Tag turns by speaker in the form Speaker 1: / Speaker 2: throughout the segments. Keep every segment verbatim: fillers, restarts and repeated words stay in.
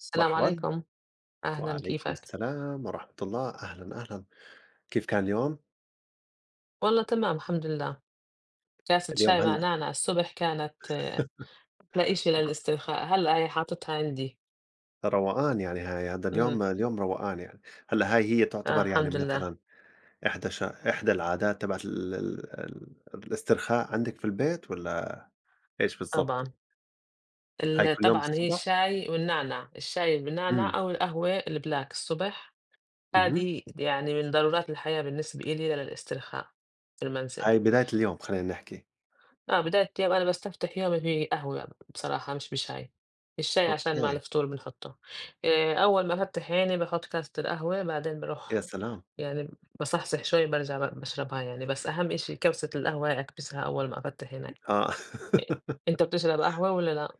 Speaker 1: السلام
Speaker 2: مرحبًا،
Speaker 1: عليكم. أهلا،
Speaker 2: وعليكم
Speaker 1: كيفك؟
Speaker 2: السلام ورحمة الله، أهلًا، أهلًا، كيف كان اليوم؟
Speaker 1: والله تمام الحمد لله. كاسة
Speaker 2: اليوم
Speaker 1: شاي مع
Speaker 2: هلّا.
Speaker 1: نعناع الصبح كانت آه، أحلى إشي للاسترخاء. هلا هي حاططها عندي.
Speaker 2: روقان يعني هاي هذا
Speaker 1: امم
Speaker 2: اليوم اليوم روقان يعني. هلّا هاي هي
Speaker 1: آه
Speaker 2: تعتبر يعني
Speaker 1: الحمد لله.
Speaker 2: مثلًا إحدى ش إحدى العادات تبعة ال ال ال الاسترخاء عندِك في البيت والّا إيش بالضبط؟
Speaker 1: طبعا.
Speaker 2: هاي
Speaker 1: ال-
Speaker 2: كل يوم
Speaker 1: طبعا هي
Speaker 2: الصبح؟
Speaker 1: الشاي والنعناع، الشاي
Speaker 2: إمم.
Speaker 1: بالنعناع أو القهوة البلاك الصبح.
Speaker 2: اهم.
Speaker 1: هذه يعني من ضرورات الحياة بالنسبة إلي للاسترخاء في المنزل.
Speaker 2: هاي بداية اليوم خلّينا نحكي.
Speaker 1: آه، بداية اليوم أنا باستفتح يومي بقهوة بصراحة، مش بشاي. الشاي عشان مع
Speaker 2: أوكي.
Speaker 1: الفطور بنحطه. آآ، أول ما أفتح عيني باحط كاسة القهوة بعدين
Speaker 2: يا
Speaker 1: باروح
Speaker 2: سلام.
Speaker 1: يعني، باصحصح شوي بارجع ب باشربها يعني. بس أهم شي كوسة القهوة هاي أكبسها أول ما أفتح عيني.
Speaker 2: آه.
Speaker 1: أ أنت بتشرب قهوة والّا لأ؟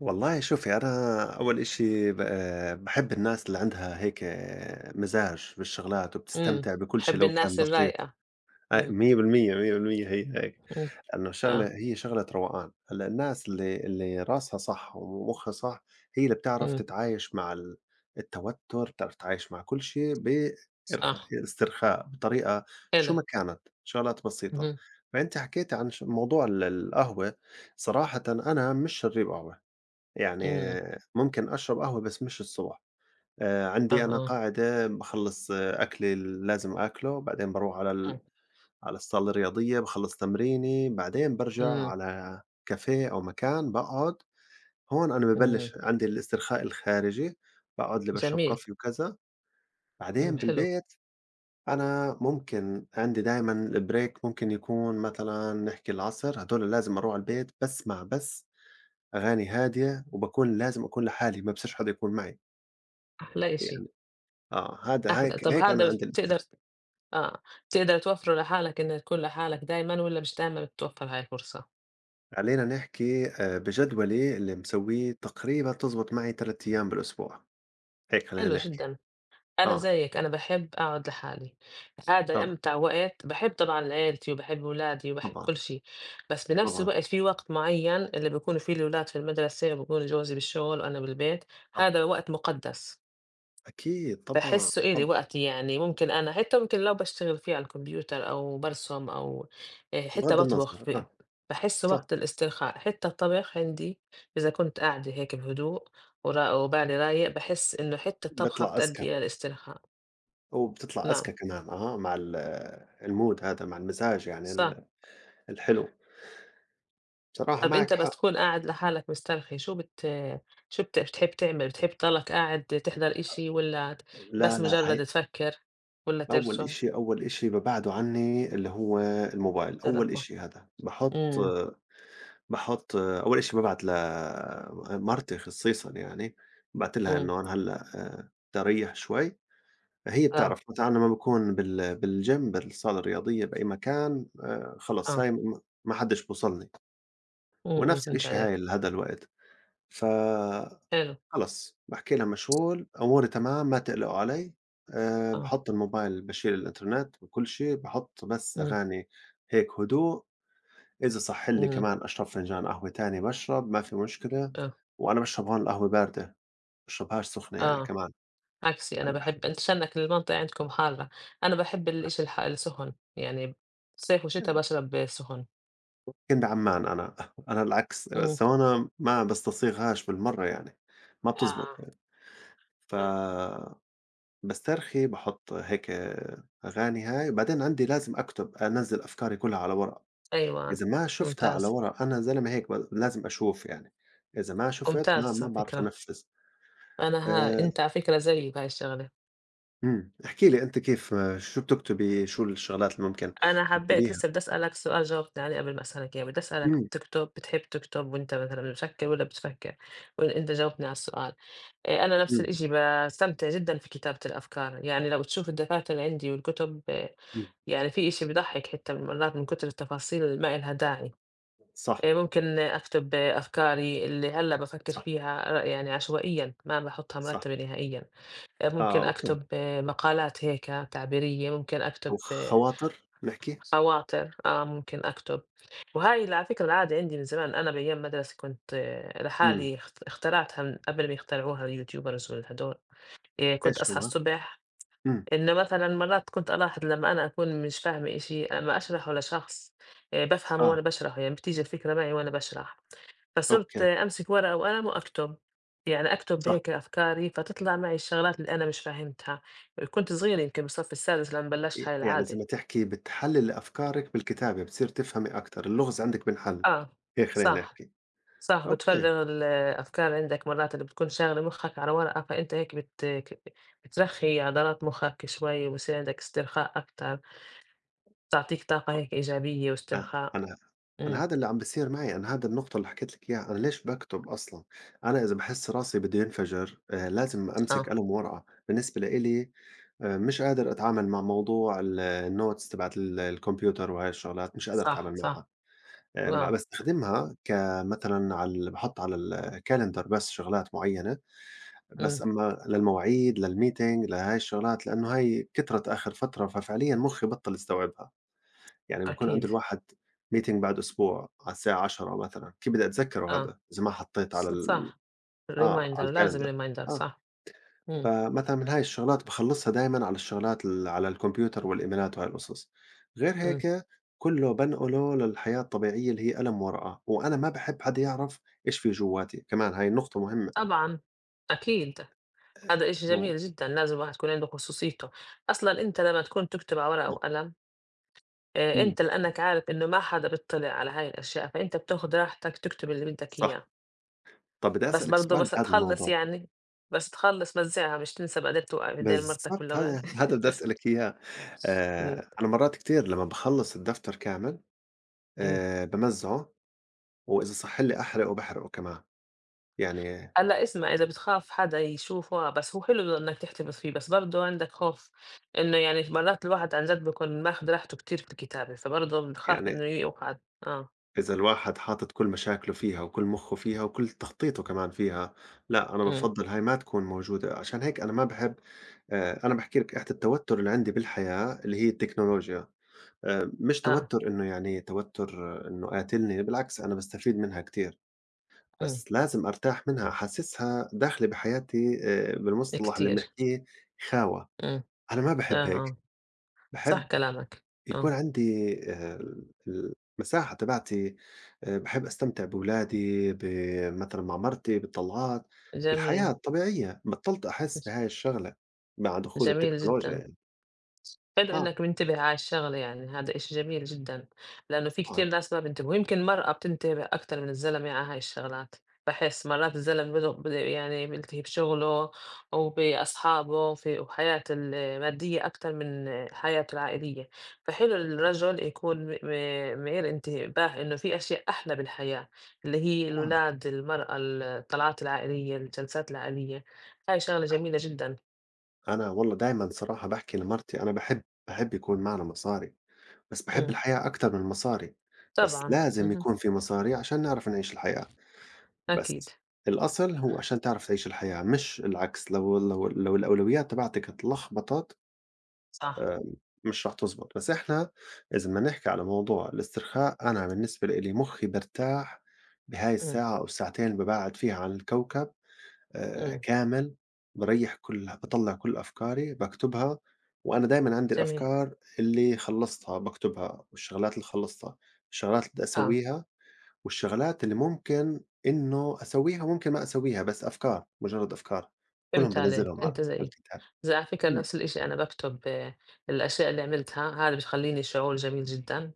Speaker 2: والله شوفي أنا أول إشي ب- بحب الناس اللي عندها هيك مزاج بالشغلات
Speaker 1: إمم.
Speaker 2: وبتستمتع بكل شيء
Speaker 1: باحب
Speaker 2: لو كان
Speaker 1: الناس
Speaker 2: بسيط.
Speaker 1: الرايقة.
Speaker 2: هاي
Speaker 1: إمم.
Speaker 2: مية بالمية مية بالمية هي هيك.
Speaker 1: إمم.
Speaker 2: لأنه شغلة
Speaker 1: آه.
Speaker 2: هي شغلة روقان هلا الناس اللي اللي راسها صح ومخها صح. هي اللي بتعرف
Speaker 1: إمم.
Speaker 2: تتعايش مع ال- التوتر بتعرف تتعايش مع كل شيء
Speaker 1: صح.
Speaker 2: باسترخاء بطريقة شو
Speaker 1: حلو.
Speaker 2: ما كانت شغلات بسيطة.
Speaker 1: اهم.
Speaker 2: فأنت حكيت عن ش- موضوع ال- القهوة. صراحة أنا مش شريب قهوة. يعني
Speaker 1: إمم.
Speaker 2: ممكن أشرب قهوة بس مش الصبح. آآ
Speaker 1: آه.
Speaker 2: عندي أنا
Speaker 1: آه.
Speaker 2: قاعدة باخلّص أكلي اللي لازم آكله، بعدين باروح على ال
Speaker 1: إمم.
Speaker 2: على الصالة الرياضية، باخلّص تمريني، بعدين بارجع
Speaker 1: إمم.
Speaker 2: على كافيه أو مكان باقعد. هون أنا
Speaker 1: إمم.
Speaker 2: بابلّش عندي الاسترخاء الخارجي، باقعد لي باشرب
Speaker 1: جميل.
Speaker 2: كوفي وكذا،
Speaker 1: إمم.
Speaker 2: بعدين
Speaker 1: حلو.
Speaker 2: بالبيت. أنا ممكن عندي دايمًا الbreak ممكن يكون مثلًا نحكي العصر، هدول لازم أروح على البيت باسمع بس أغاني هادية وباكون لازم أكون لحالي، ما فيش حدا يكون معي.
Speaker 1: أحلى إشي.
Speaker 2: يعني آه، هذا
Speaker 1: أحلى.
Speaker 2: هيك
Speaker 1: طب
Speaker 2: هيك أنا
Speaker 1: هذا
Speaker 2: عندي
Speaker 1: بتقدر،
Speaker 2: الأسر.
Speaker 1: آه، تقدر توفّر لحالك إنّك تكون لحالك دايمًا والّا مش دايمًا بتتوفّر هاي الفرصة؟
Speaker 2: خلّينا نحكي آآ بجدولي اللي مسويه تقريبًا تزبط معي ثلاثة أيام بالأسبوع. هيك خلّينا
Speaker 1: حلو
Speaker 2: نحكي.
Speaker 1: جدًا. أنا
Speaker 2: آه.
Speaker 1: زيّك، أنا باحب أقعد لحالي.
Speaker 2: آه.
Speaker 1: هذا أمتع وقت. باحب طبعًا عيلتي وباحب ولادي وباحب
Speaker 2: طبعًا.
Speaker 1: كل شي، بس بنفس
Speaker 2: طبعًا.
Speaker 1: الوقت في وقت معيّن اللي بيكونوا فيه الولاد في المدرسة وبيكون جوزي بالشغل وأنا بالبيت،
Speaker 2: صح.
Speaker 1: هذا وقت مُقدّس.
Speaker 2: أكيد طبعًا.
Speaker 1: باحس إلي
Speaker 2: طبعًا.
Speaker 1: وقتي، يعني ممكن أنا حتّة ممكن لو باشتغل فيها على الكمبيوتر أو بارسم أو آآ حتّة
Speaker 2: بغض
Speaker 1: باطبخ
Speaker 2: النظر
Speaker 1: ب
Speaker 2: آه.
Speaker 1: باحس
Speaker 2: صح.
Speaker 1: وقت الاسترخاء. حتّى الطبخ عندي إذا كنت قاعدة هيك بهدوء ورا وبالي رايق، باحس إنه حتّة الطبخة
Speaker 2: بيطلع أذكى
Speaker 1: بتأدي إلى الاسترخاء.
Speaker 2: وبتطلع
Speaker 1: نعم.
Speaker 2: أذكى كمان آه، مع ال الmood هذا مع المزاج يعني
Speaker 1: صح.
Speaker 2: ال الحلو. بصراحة
Speaker 1: طَب
Speaker 2: معك
Speaker 1: أنت بس
Speaker 2: حق.
Speaker 1: تكون قاعد لحالك مسترخي، شو بت شو بت بتحب تعمل، بتحب تضلك قاعد تحضر إشي والّا
Speaker 2: لا،
Speaker 1: بس
Speaker 2: لا، هي
Speaker 1: مجرّد تفكّر والّا
Speaker 2: أول
Speaker 1: ترسم؟
Speaker 2: إشي أول إشي بابعده عني اللي هو الموبايل، أول
Speaker 1: تلفون؟
Speaker 2: إشي هذا، باحط
Speaker 1: إمم.
Speaker 2: باحُط أول شي بابعت ل مرتي خصيصًا يعني. بابعت لها
Speaker 1: إمم.
Speaker 2: إنه أنا هلأ باريّح شوي. هي
Speaker 1: آه.
Speaker 2: بتعرف متى أنا ما باكون بال بالgym بالصالة الرياضية بأي مكان آآ خلص هاي
Speaker 1: آه.
Speaker 2: م ما حدّش بيوصلني.
Speaker 1: إمم. إمم.
Speaker 2: ونفس
Speaker 1: فهمت
Speaker 2: الشي هاي
Speaker 1: عليك.
Speaker 2: لهذا الوقت. فخلص
Speaker 1: حلو.
Speaker 2: باحكي لها مشغول، أموري تمام ما تقلقوا علي. آآ
Speaker 1: آه.
Speaker 2: باحُط الموبايل باشيل الإنترنت وكل شي، باحُط بس
Speaker 1: إمم.
Speaker 2: أغاني هيك هدوء. إذا صح لي
Speaker 1: إمم.
Speaker 2: كمان أشرب فنجان قهوة تاني باشرب ما في مشكلة.
Speaker 1: آه.
Speaker 2: وأنا باشرب هون القهوة باردة، باشربهاش سخنة يعني
Speaker 1: آه.
Speaker 2: كمان.
Speaker 1: عكسي أنا
Speaker 2: يعني باح
Speaker 1: باحب. أنت عشانك المنطقة عندكم حارة. أنا باحب الإشي الح السخن، يعني صيف وشتا باشرب سخن.
Speaker 2: كنت عمّان أنا. أنا العكس،
Speaker 1: إمم.
Speaker 2: بس هون ما باستصيغهاش بالمرّة يعني. ما بتزبط
Speaker 1: آه.
Speaker 2: يعني.
Speaker 1: آه. آه.
Speaker 2: فباسترخي باحط هيك أغاني هاي، بعدين عندي لازم أكتب، أنزّل أفكاري كلها على ورق.
Speaker 1: أيوه.
Speaker 2: إذا ما شُفتها على
Speaker 1: ممتاز.
Speaker 2: ورق أنا زلمة هيك ب لازم أشوف يعني. إذا ما شُفت ما
Speaker 1: ممتاز
Speaker 2: ما
Speaker 1: على
Speaker 2: باعرف
Speaker 1: فكرة.
Speaker 2: أنفّذ.
Speaker 1: أنا،
Speaker 2: آآ
Speaker 1: ها، أنت على فكرة زيي بهاي الشغلة.
Speaker 2: إمم، احكي لي أنتِ كيف شو بتكتبي، شو الشغلات اللي ممكن
Speaker 1: أنا حبّيت،
Speaker 2: تكتبيها؟
Speaker 1: لسه بدّي أسألك سؤال جاوبت عليه قبل ما أسألك إياه. بدّي أسألك،
Speaker 2: إمم.
Speaker 1: بتكتب بتحب تكتب وأنت مثلًا مشكّل والّا بتفكّر؟ وأنت جاوبتني على السؤال. آآ أنا نفس
Speaker 2: إمم.
Speaker 1: الإشي باستمتع جدًا في كتابة الأفكار، يعني لو تشوف الدفاتر اللي عندي والكتب إيه.
Speaker 2: إمم.
Speaker 1: يعني في إشي بيضحّك حتى من مرات من كتر التفاصيل اللي ما إلها داعي.
Speaker 2: صح.
Speaker 1: آآ ممكن أكتب إيه، أفكاري اللي هلّأ بافكّر
Speaker 2: صح.
Speaker 1: فيها ر يعني عشوائيًا، ما باحُطها
Speaker 2: صح.
Speaker 1: مرتّبة نهائيًا. آآ
Speaker 2: آه
Speaker 1: ممكن
Speaker 2: أوكي.
Speaker 1: أكتب، آه، مقالات هيك تعبيرية. ممكن أكتب،
Speaker 2: أو
Speaker 1: آه،
Speaker 2: خواطر نحكي؟
Speaker 1: خواطر، آه، ممكن أكتب. وهاي اللي على فكرة العادة عندي من زمان. أنا بأيام مدرسة كنت، آه،
Speaker 2: إمم.
Speaker 1: لحالي اخت اخترعتها من قبل ما يخترعوها اليوتيوبرز والهدول. آآ كنت
Speaker 2: إيش
Speaker 1: أصحى
Speaker 2: هو؟
Speaker 1: الصبح
Speaker 2: إمم.
Speaker 1: إنه مثلًا مرات كنت ألاحظ لمّا أنا أكون مش فاهمة إشي، أمّا أشرحه لشخص آآ بافهمه
Speaker 2: آه.
Speaker 1: وأنا باشرحه، يعني بتيجي الفكرة معي وأنا باشرح. فصرت،
Speaker 2: أوكي.
Speaker 1: آه، أمسك ورقة وقلم وأكتب، يعني أكتب
Speaker 2: صح.
Speaker 1: هيك أفكاري فتطلع معي الشغلات اللي أنا مش فاهمتها. كنت صغيرة يمكن بالصف السادس لمّا
Speaker 2: ي
Speaker 1: بلشت هاي
Speaker 2: يعني زي
Speaker 1: العادة.
Speaker 2: ما تحكي بتحلّلي أفكارِك بالكتابة، بتصير تفهمي أكتر، اللغز عندِك بينحل.
Speaker 1: آه.
Speaker 2: هيك خلّينا
Speaker 1: صح.
Speaker 2: نحكي.
Speaker 1: صح،
Speaker 2: أوكي.
Speaker 1: بتفرّغ الأفكار عندك مرات اللي بتكون شاغلة مُخّك على ورقة، فأنت هيك بت ك بترخّي عضلات مُخّك شوي وبصير عندك استرخاء أكتر. بتعطيك طاقة هيك إيجابية
Speaker 2: آه.
Speaker 1: واسترخاء.
Speaker 2: أنا أنا
Speaker 1: إمم.
Speaker 2: هذا اللي عم بيصير معي، أنا هذا النقطة اللي حكيت لِك إياها، أنا ليش باكتب أصلًا؟ أنا إذا باحس راسي بده ينفجر آآ، لازم أمسك
Speaker 1: آه.
Speaker 2: قلم وورقة، بالنسبة لإلي آآ، مش قادر أتعامل مع موضوع ال الnotes تبعة ال الكمبيوتر وهاي الشغلات، مش قادر
Speaker 1: صح.
Speaker 2: أتعامل معها.
Speaker 1: صح.
Speaker 2: آآ، ما
Speaker 1: آه.
Speaker 2: باستخدمها كمثلًا على ال باحط على الكالندر بس شغلات معينة.
Speaker 1: إمم.
Speaker 2: بس أمّا للمواعيد، للmeeting، لهاي الشغلات، لإنه هاي كترت آخر فترة، ففعليًا مخي بطل يستوعبها. يعني بيكون عند
Speaker 1: أكيد.
Speaker 2: الواحد meeting بعد أسبوع على الساعة عشرة مثلًا، كيف بدي أتذكّره
Speaker 1: آه.
Speaker 2: هذا إذا ما حطّيت على
Speaker 1: ص
Speaker 2: ال
Speaker 1: صح.
Speaker 2: آه،
Speaker 1: Reminder،
Speaker 2: على
Speaker 1: لازم
Speaker 2: الcalendar.
Speaker 1: reminder.
Speaker 2: آه.
Speaker 1: صح. إمم.
Speaker 2: فمثلًا من هاي الشغلات باخلّصها دايمًا على الشغلات ال على الكمبيوتر والإيميلات وهاي القصص. غير
Speaker 1: إمم.
Speaker 2: هيك كلّه بانقله للحياة الطبيعية اللي هي قلم ورقة، وأنا ما باحب حدا يعرف إيش في جوّاتي، كمان هاي النقطة مهمة.
Speaker 1: طبعًا. أكيد. هذا إشي
Speaker 2: إنه
Speaker 1: جميل جدًا. لازم الواحد يكون عنده خصوصيته. أصلًا أنت لمّا تكون تكتب على ورقة وقلم، آآ
Speaker 2: إمم،
Speaker 1: أنت لأنك عارف إنه ما حدا بيطّلع على هاي الأشياء، فأنت بتاخُد راحتك تكتب اللي بدّك
Speaker 2: صح.
Speaker 1: إياه.
Speaker 2: طَب بدي
Speaker 1: بس
Speaker 2: أسألِك
Speaker 1: برضه
Speaker 2: سؤال
Speaker 1: بس
Speaker 2: بهذا
Speaker 1: تخلّص
Speaker 2: الموضوع.
Speaker 1: يعني. بس تخلّص مزّعها، مش تنسى بعدين توقع بإيدين مرتك
Speaker 2: بالضبط ه
Speaker 1: والأولاد.
Speaker 2: هذا بدي أسألِك إياه.
Speaker 1: إمم.
Speaker 2: آآ أنا مرّات كتير لمّا باخلّص الدفتر كامل
Speaker 1: إمم.
Speaker 2: آآ بامزّعه. وإذا صح لي أحرقه باحرقه كمان. يعني
Speaker 1: هلّأ اسمع، إذا بتخاف حدا يشوفه، آه، بس هو حلو إنك تحتفظ فيه، بس برضه عندك خوف إنه يعني مرات الواحد عن جد بيكون ماخُد راحته كتير في الكتابة، فبرضه بنخاف
Speaker 2: يعني
Speaker 1: إنه يوقع. آه.
Speaker 2: إذا الواحد حاطط كل مشاكله فيها وكل مُخّه فيها وكل تخطيطه كمان فيها. لأ أنا
Speaker 1: إمم.
Speaker 2: بافضّل هاي ما تكون موجودة، عشان هيك أنا ما باحب. آآ أنا باحكي لِك إحدى التوتر اللي عندي بالحياة اللي هي التكنولوجيا. آآ مش
Speaker 1: آه.
Speaker 2: توتر إنه يعني توتر إنه قاتلني، بالعكس أنا باستفيد منها كتير.
Speaker 1: إمم.
Speaker 2: بس لازم أرتاح منها، أحسّسها داخلة بحياتي آآ بالمصطلح اللي
Speaker 1: كتير.
Speaker 2: بنحكيه خاوة.
Speaker 1: إمم.
Speaker 2: أنا ما
Speaker 1: آه.
Speaker 2: باحب هيك.
Speaker 1: آه. صح
Speaker 2: باحب
Speaker 1: كلامك.
Speaker 2: يكون
Speaker 1: آه.
Speaker 2: عندي آآ ال المساحة تبعتي. آآ باحب أستمتع بولادي، ب مثلًا مع مرتي بالطلعات، بالحياة
Speaker 1: جميل.
Speaker 2: الطبيعية، بطّلت أحس بهاي الشغلة مع دخول
Speaker 1: جميل
Speaker 2: التكنولوجيا
Speaker 1: جدًا.
Speaker 2: يعني.
Speaker 1: حلو
Speaker 2: آه
Speaker 1: إنّك منتبه على الشغلة، يعني هذا إشي جميل جدًا. لإنه في
Speaker 2: طبعًا.
Speaker 1: كتير ناس ما بينتبهوا. يمكن المرأة بتنتبه أكتر من الزلمة على هاي الشغلات. باحس مرات الزلمة بده بده يعني ملتهي بشغله وبأصحابه في وحياته المادية أكتر من حياته العائلية. فحلو الرجل يكون م م مِعِر انتباه إنه في أشياء أحلى بالحياة، اللي هي
Speaker 2: طبعًا.
Speaker 1: الولاد، المرأة، الطلعات العائلية، الجلسات العائلية. هاي شغلة جميلة جدًا.
Speaker 2: أنا والله دايمًا صراحة باحكي لمرتي أنا باحب باحب يكون معنا مصاري. بس باحب
Speaker 1: إمم.
Speaker 2: الحياة أكتر من المصاري. بس
Speaker 1: طبعًا.
Speaker 2: لازم
Speaker 1: اهم.
Speaker 2: يكون في مصاري عشان نعرف نعيش الحياة. بس
Speaker 1: أكيد.
Speaker 2: الأصل هو عشان تعرف تعيش الحياة مش العكس، لو لو لو الأولويات تبعتك اتلخبطت
Speaker 1: صح.
Speaker 2: آآ مش راح تزبط. بس إحنا إذا بدنا نحكي على موضوع الاسترخاء، أنا بالنسبة لإلي مخي بيرتاح بهاي
Speaker 1: إمم.
Speaker 2: الساعة أو الساعتين اللي باقعد فيها على الكوكب آآ
Speaker 1: إمم.
Speaker 2: كامل. باريّح كل باطلّع كل أفكاري باكتبها. وأنا دايمًا عندي
Speaker 1: جميل.
Speaker 2: الأفكار اللي خلّصتها باكتبها، والشغلات اللي خلّصتها، الشغلات اللي بدي
Speaker 1: آه.
Speaker 2: أسويها، والشغلات اللي ممكن إنه أسويها وممكن ما أسويها، بس أفكار، مجرّد أفكار، كلّهم
Speaker 1: فهمت عليك.
Speaker 2: بانزّلهم على
Speaker 1: أنت
Speaker 2: على
Speaker 1: زيي،
Speaker 2: الكتاب.
Speaker 1: زي على فكرة
Speaker 2: إمم.
Speaker 1: نفس الإشي. أنا باكتب آآ الأشياء اللي عملتها، هذا بتخلّيني شعور جميل جدًا،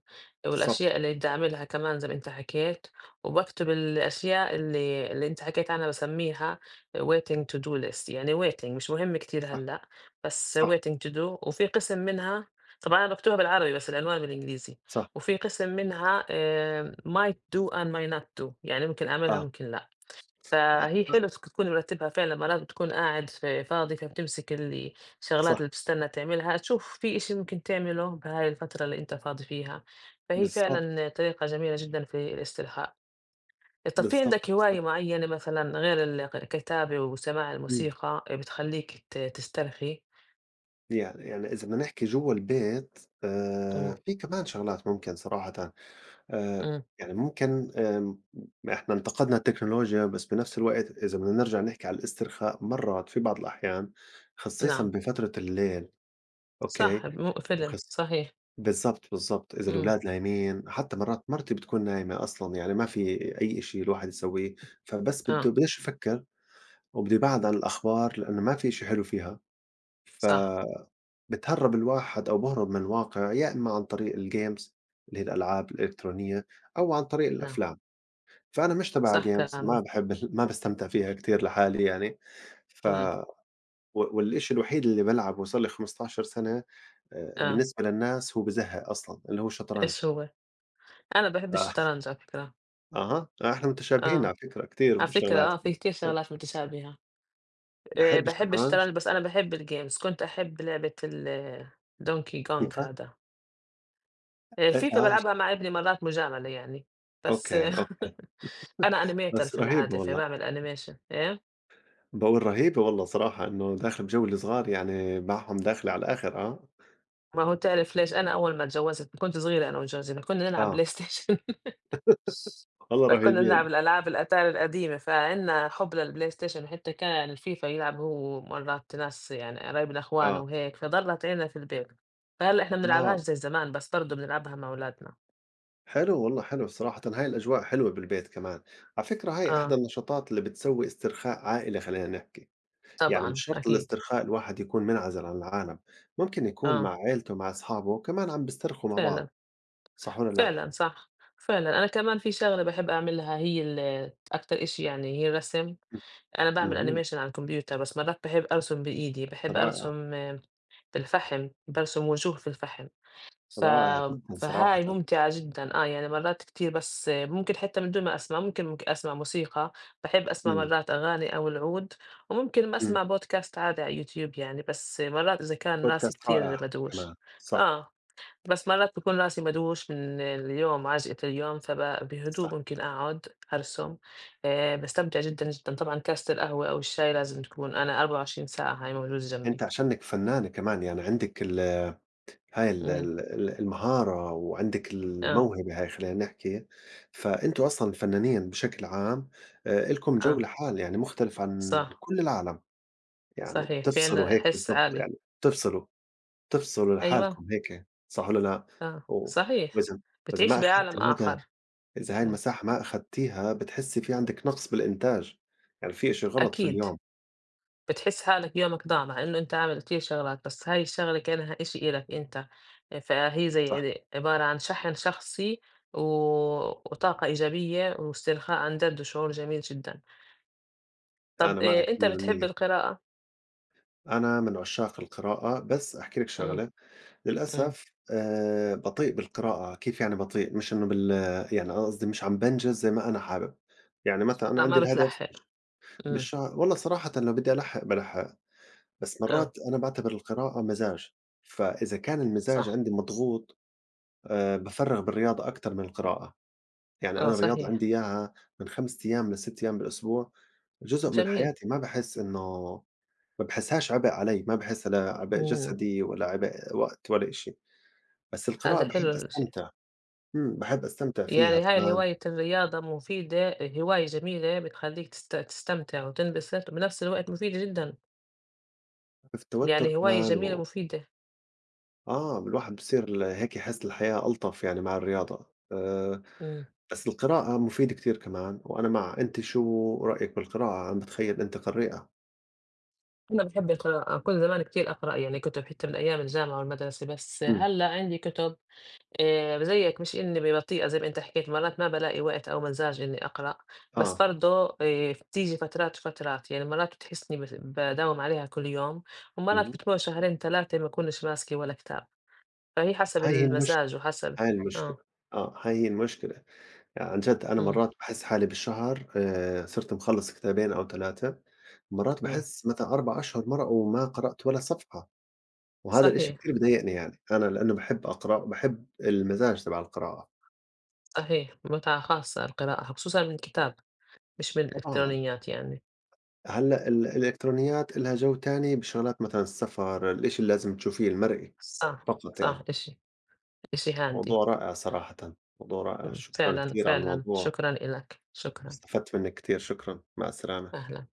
Speaker 2: بالضبط.
Speaker 1: والأشياء اللي بدي أعملها كمان زي ما أنت حكيت. وباكتب الأشياء اللي اللي أنت حكيت عنها، باسميها waiting to do list. يعني waiting مش مهم كتير
Speaker 2: صح.
Speaker 1: هلأ، بس
Speaker 2: صح.
Speaker 1: waiting to do. وفي قسم منها، طبعًا أنا باكتبها بالعربي بس العنوان بالإنجليزي،
Speaker 2: صح.
Speaker 1: وفي قسم منها آآ might do and might not do، يعني ممكن أعملها
Speaker 2: آه.
Speaker 1: ممكن لأ.
Speaker 2: آه.
Speaker 1: فهي حلو تك تكون مرتّبها فعلًا. مرات بتكون قاعد ف فاضي فبتمسك ال الشغلات
Speaker 2: صح.
Speaker 1: اللي بتستنى تعملها، تشوف في إشي ممكن تعمله بهاي الفترة اللي أنت فاضي فيها. فهي
Speaker 2: بالضبط.
Speaker 1: فعلًا طريقة جميلة جدًا في الاسترخاء. طب في
Speaker 2: بالضبط.
Speaker 1: عندك هواية
Speaker 2: بالضبط.
Speaker 1: معيّنة مثلًا غير ال الكتابة وسماع
Speaker 2: إمم.
Speaker 1: الموسيقى بتخلّيك ت تسترخي؟
Speaker 2: يعني يعني إذا بدنا نحكي جوّا البيت آآ
Speaker 1: إمم.
Speaker 2: في كمان شغلات ممكن صراحةً آآ
Speaker 1: إمم.
Speaker 2: يعني ممكن آمم إحنا انتقدنا التكنولوجيا، بس بنفس الوقت إذا بدنا نرجع نحكي على الاسترخاء، مرّات في بعض الأحيان خصيصًا
Speaker 1: نعم.
Speaker 2: بفترة الليل، أوكي؟
Speaker 1: صح م فيلم،
Speaker 2: وخص
Speaker 1: صحيح.
Speaker 2: بالضبط. بالضبط. إذا
Speaker 1: إمم.
Speaker 2: الولاد نايمين، حتى مرّات مرتي بتكون نايمة أصلًا، يعني ما في أي إشي الواحد يسويه. فبس بده
Speaker 1: آه.
Speaker 2: بداش يفكّر وبده يبعد عن الأخبار لإنه ما في إشي حلو فيها. ف
Speaker 1: صح.
Speaker 2: بتهرّب الواحد أو بيهرب من الواقع يا إما عن طريق الgames اللي هي الألعاب الإلكترونية أو عن طريق
Speaker 1: نعم.
Speaker 2: الأفلام. فأنا مش تبع
Speaker 1: صح
Speaker 2: games ما
Speaker 1: كلامك.
Speaker 2: باحب ال ما باستمتع فيها كتير لحالي يعني. ف
Speaker 1: إمم.
Speaker 2: و والإشي الوحيد اللي بالعبه وصار لي خمسة عشر سنة آآ،
Speaker 1: آه.
Speaker 2: بالنسبة للناس هو بازهق أصلًا، اللي هو الشطرنج.
Speaker 1: إيش هو؟ أنا باحب
Speaker 2: ف
Speaker 1: الشطرنج على فكرة.
Speaker 2: أها، إحنا متشابهين على
Speaker 1: آه.
Speaker 2: فكرة كتير
Speaker 1: على فكرة،
Speaker 2: بشغلات.
Speaker 1: آه، في كتير شغلات متشابهة. آآ
Speaker 2: باحب
Speaker 1: باحب
Speaker 2: الشطرنج.
Speaker 1: الشطرنج. بس أنا باحب الgames. كنت أحب لعبة ال Donkey Kong
Speaker 2: فيفا.
Speaker 1: هذا. آآ
Speaker 2: آآ،
Speaker 1: FIFA
Speaker 2: آه ش-
Speaker 1: بالعبها مع ابني مرات مجاملة يعني. بس
Speaker 2: أوكي.
Speaker 1: آه.
Speaker 2: أوكي.
Speaker 1: أنا animator
Speaker 2: بس
Speaker 1: في
Speaker 2: رهيبة
Speaker 1: العادة،
Speaker 2: والله.
Speaker 1: فباعمل animation إيه.
Speaker 2: باقول رهيبة والله صراحة إنه داخل بجو الصغار يعني معهم داخلة على الآخر آه.
Speaker 1: ما هو تعرف ليش، أنا أول ما اتجوزت كنت صغيرة أنا وجوزي، فكنا نلعب
Speaker 2: آه.
Speaker 1: بلاي ستيشن.
Speaker 2: والله
Speaker 1: فكنا نلعب
Speaker 2: رهيبين
Speaker 1: الألعاب الأتاري القديمة، فعنا حب للبلاي ستيشن، وحتى كان الفيفا يلعب هو مرات ناس يعني قرايبنا إخوانه
Speaker 2: آه.
Speaker 1: وهيك، فضلت عنا في البيت. فهلا إحنا
Speaker 2: آه.
Speaker 1: بنلعبهاش زي زمان، بس برضه بنلعبها مع أولادنا.
Speaker 2: حلو والله حلو صراحة هاي الأجواء حلوة بالبيت كمان. على فكرة هاي أحدى
Speaker 1: آه.
Speaker 2: النشاطات اللي بتسوي استرخاء عائلي خلينا نحكي. يعني مش
Speaker 1: طبعًا
Speaker 2: شرط
Speaker 1: أكيد.
Speaker 2: الاسترخاء الواحد يكون منعزل عن العالم، ممكن يكون مع
Speaker 1: آه.
Speaker 2: عيلته مع أصحابه كمان عم بيسترخوا مع بعض.
Speaker 1: فعلًا.
Speaker 2: صح ولا لا؟
Speaker 1: فعلًا صح. فعلًا أنا كمان في شغلة باحب أعملها، هي ال أكتر إشي يعني هي الرسم. أنا باعمل
Speaker 2: مم.
Speaker 1: animation على الكمبيوتر، بس مرات باحب أرسم بإيدي. باحب
Speaker 2: رائع.
Speaker 1: أرسم، آه، بالفحم، بارسم وجوه في الفحم. ف
Speaker 2: رائع جدا صراحة.
Speaker 1: فهاي ممتعة جدًا، آه، يعني مرات كتير بس ممكن حتى من دون ما أسمع، ممكن ممك أسمع موسيقى. باحب أسمع
Speaker 2: مم.
Speaker 1: مرات أغاني أو العود. وممكن ما
Speaker 2: مم.
Speaker 1: أسمع بودكاست عادي على اليوتيوب يعني، بس مرات إذا كان راسي
Speaker 2: بودكاست
Speaker 1: كتير
Speaker 2: رائع كمان
Speaker 1: مدووش.
Speaker 2: صح.
Speaker 1: آه. بس مرات بيكون راسي مدووش من اليوم، عجقة اليوم، فب بهدوء
Speaker 2: صح.
Speaker 1: ممكن أقعد أرسم. آآ باستمتع جدًا، جدًا. طبعًا كاسة القهوة أو الشاي لازم تكون أنا أربعة وعشرين ساعة هاي موجودة
Speaker 2: أنت
Speaker 1: جنبي.
Speaker 2: عشانك فنانة كمان يعني عندك ال هاي ال
Speaker 1: إمم.
Speaker 2: ال ال المهارة وعندِك
Speaker 1: آه.
Speaker 2: الموهبة هاي خلّينا نحكي. فأنتم أصلًا فنانيًا بشكل عام آآ إلكم جو
Speaker 1: آه.
Speaker 2: لحال يعني مختلف عن
Speaker 1: صح.
Speaker 2: كل العالم. يعني
Speaker 1: صحيح في
Speaker 2: بتفصلوا
Speaker 1: عنا
Speaker 2: هيك
Speaker 1: حِس
Speaker 2: بالضبط
Speaker 1: عالي.
Speaker 2: يعني. بتفصلوا، بتفصلوا
Speaker 1: أيوه.
Speaker 2: لحالكم هيك صح والّا لأ؟
Speaker 1: آه.
Speaker 2: و
Speaker 1: صحيح.
Speaker 2: وإذا وإذا
Speaker 1: بتعيش
Speaker 2: ما أخدتِ
Speaker 1: بعالم
Speaker 2: هيدا
Speaker 1: آخر.
Speaker 2: إذا هاي
Speaker 1: إمم.
Speaker 2: المساحة ما أخدتيها بتحسّي في عندِك نقص بالإنتاج، يعني في إشي غلط في
Speaker 1: أكيد.
Speaker 2: اليوم.
Speaker 1: بتحس حالك يومك ضاع مع إنه أنت عامل كتير شغلات، بس هاي الشغلة كأنها إشي إلك أنت. فهي زي
Speaker 2: صح.
Speaker 1: عد عبارة عن شحن شخصي و وطاقة إيجابية واسترخاء عن جد وشعور جميل جدًا. طب،
Speaker 2: أنا
Speaker 1: آآ،
Speaker 2: معِك
Speaker 1: أنت بتحب
Speaker 2: مية بالمية.
Speaker 1: القراءة؟
Speaker 2: أنا من عشاق القراءة، بس أحكي لِك
Speaker 1: إمم.
Speaker 2: شغلة
Speaker 1: إمم.
Speaker 2: للأسف آآ بطيء بالقراءة، كيف يعني بطيء؟ مش إنه بال يعني أنا قصدي مش عم بانجز زي ما أنا حابب. يعني مثلًا أنا
Speaker 1: آه،
Speaker 2: عندي
Speaker 1: ما
Speaker 2: الهدف
Speaker 1: بتلحق. إمم.
Speaker 2: بالشهر والله صراحةً لو بدي ألحّق بالحّق. بس
Speaker 1: آه.
Speaker 2: مرات أنا باعتبر القراءة مزاج. فإذا كان المزاج
Speaker 1: صح.
Speaker 2: عندي مضغوط آآ بافرّغ بالرياضة أكتر من القراءة. يعني
Speaker 1: آه.
Speaker 2: أنا الرياضة
Speaker 1: صحيح.
Speaker 2: عندي إياها من خمسة أيام لست أيام بالأسبوع. جزء من
Speaker 1: جميل.
Speaker 2: حياتي ما باحس إنه ما باحسهاش عبء علي، ما باحسها لا عبء
Speaker 1: إمم.
Speaker 2: جسدي ولا عبء وقت ولا إشي. بس القراءة
Speaker 1: هذا حلو
Speaker 2: باحب
Speaker 1: الشيء.
Speaker 2: أستمتع. إمم. باحب أستمتع فيها.
Speaker 1: يعني
Speaker 2: ف
Speaker 1: هاي الهواية الرياضة مفيدة، هواية جميلة بتخلّيك تست تستمتع وتنبسط، وبنفس الوقت مفيدة جدًا.
Speaker 2: في التوتر
Speaker 1: يعني هواية
Speaker 2: كمان
Speaker 1: جميلة
Speaker 2: و.
Speaker 1: مفيدة.
Speaker 2: آه، الواحد بصير ل هيك يحس الحياة ألطف يعني مع الرياضة. آآ،
Speaker 1: إمم.
Speaker 2: بس القراءة مفيدة كتير كمان، وأنا مع أنت شو رأيك بالقراءة؟ أنا باتخيل أنت قريئة.
Speaker 1: أنا باحب القراءة. كنت زمان كتير أقرأ يعني كتب حتى من أيام الجامعة والمدرسة، بس
Speaker 2: إمم.
Speaker 1: هلّأ عندي كتب آآ زيك، مش إني ب بطيئة زي ما أنت حكيت، مرات ما بالاقي وقت أو مزاج إني أقرأ. بس
Speaker 2: آه.
Speaker 1: برضه آآ بتيجي فترات وفترات، يعني مرات بتحسّني بس باداوم عليها كل يوم، ومرات
Speaker 2: اهم.
Speaker 1: بتمُر شهرين ثلاثة ما أكونش ماسكة ولا كتاب. فهي حسب
Speaker 2: هاي هي المشكلة.
Speaker 1: المزاج وحسب.
Speaker 2: هاي المشكلة.
Speaker 1: آه.
Speaker 2: آه. هاي هي المشكلة. يعني عن جد أنا
Speaker 1: إمم.
Speaker 2: مرات باحس حالي بالشهر آآ، صرت مخلّص كتابين أو ثلاثة مرات
Speaker 1: إمم.
Speaker 2: باحس مثلًا أربعة أشهر مرقوا وما قرأت ولا صفحة. وهذا الإشي كتير
Speaker 1: صحيح.
Speaker 2: بضايقني يعني، أنا لإنّه باحب أقرأ وباحب المزاج تبع القراءة.
Speaker 1: صحيح. متعة خاصة القراءة، خصوصًا من كتاب مش من
Speaker 2: طبعًا.
Speaker 1: الإلكترونيات يعني.
Speaker 2: هلّأ ال الإلكترونيات إلها جو تاني بشغلات مثلًا السفر، الإشي اللي لازم تشوفيه المرئي
Speaker 1: صح.
Speaker 2: فقط
Speaker 1: صح،
Speaker 2: يعني.
Speaker 1: إشي إشي
Speaker 2: موضوع
Speaker 1: هاندي.
Speaker 2: رائع صراحةً، موضوع رائع،
Speaker 1: إمم.
Speaker 2: شكرًا
Speaker 1: فعلًا.
Speaker 2: كتير على
Speaker 1: فعلًا.
Speaker 2: الموضوع،
Speaker 1: شكرًا إلك. شكرًا.
Speaker 2: واستفدت منِّك كتير، شكرًا، مع السلامة.
Speaker 1: أهلًا.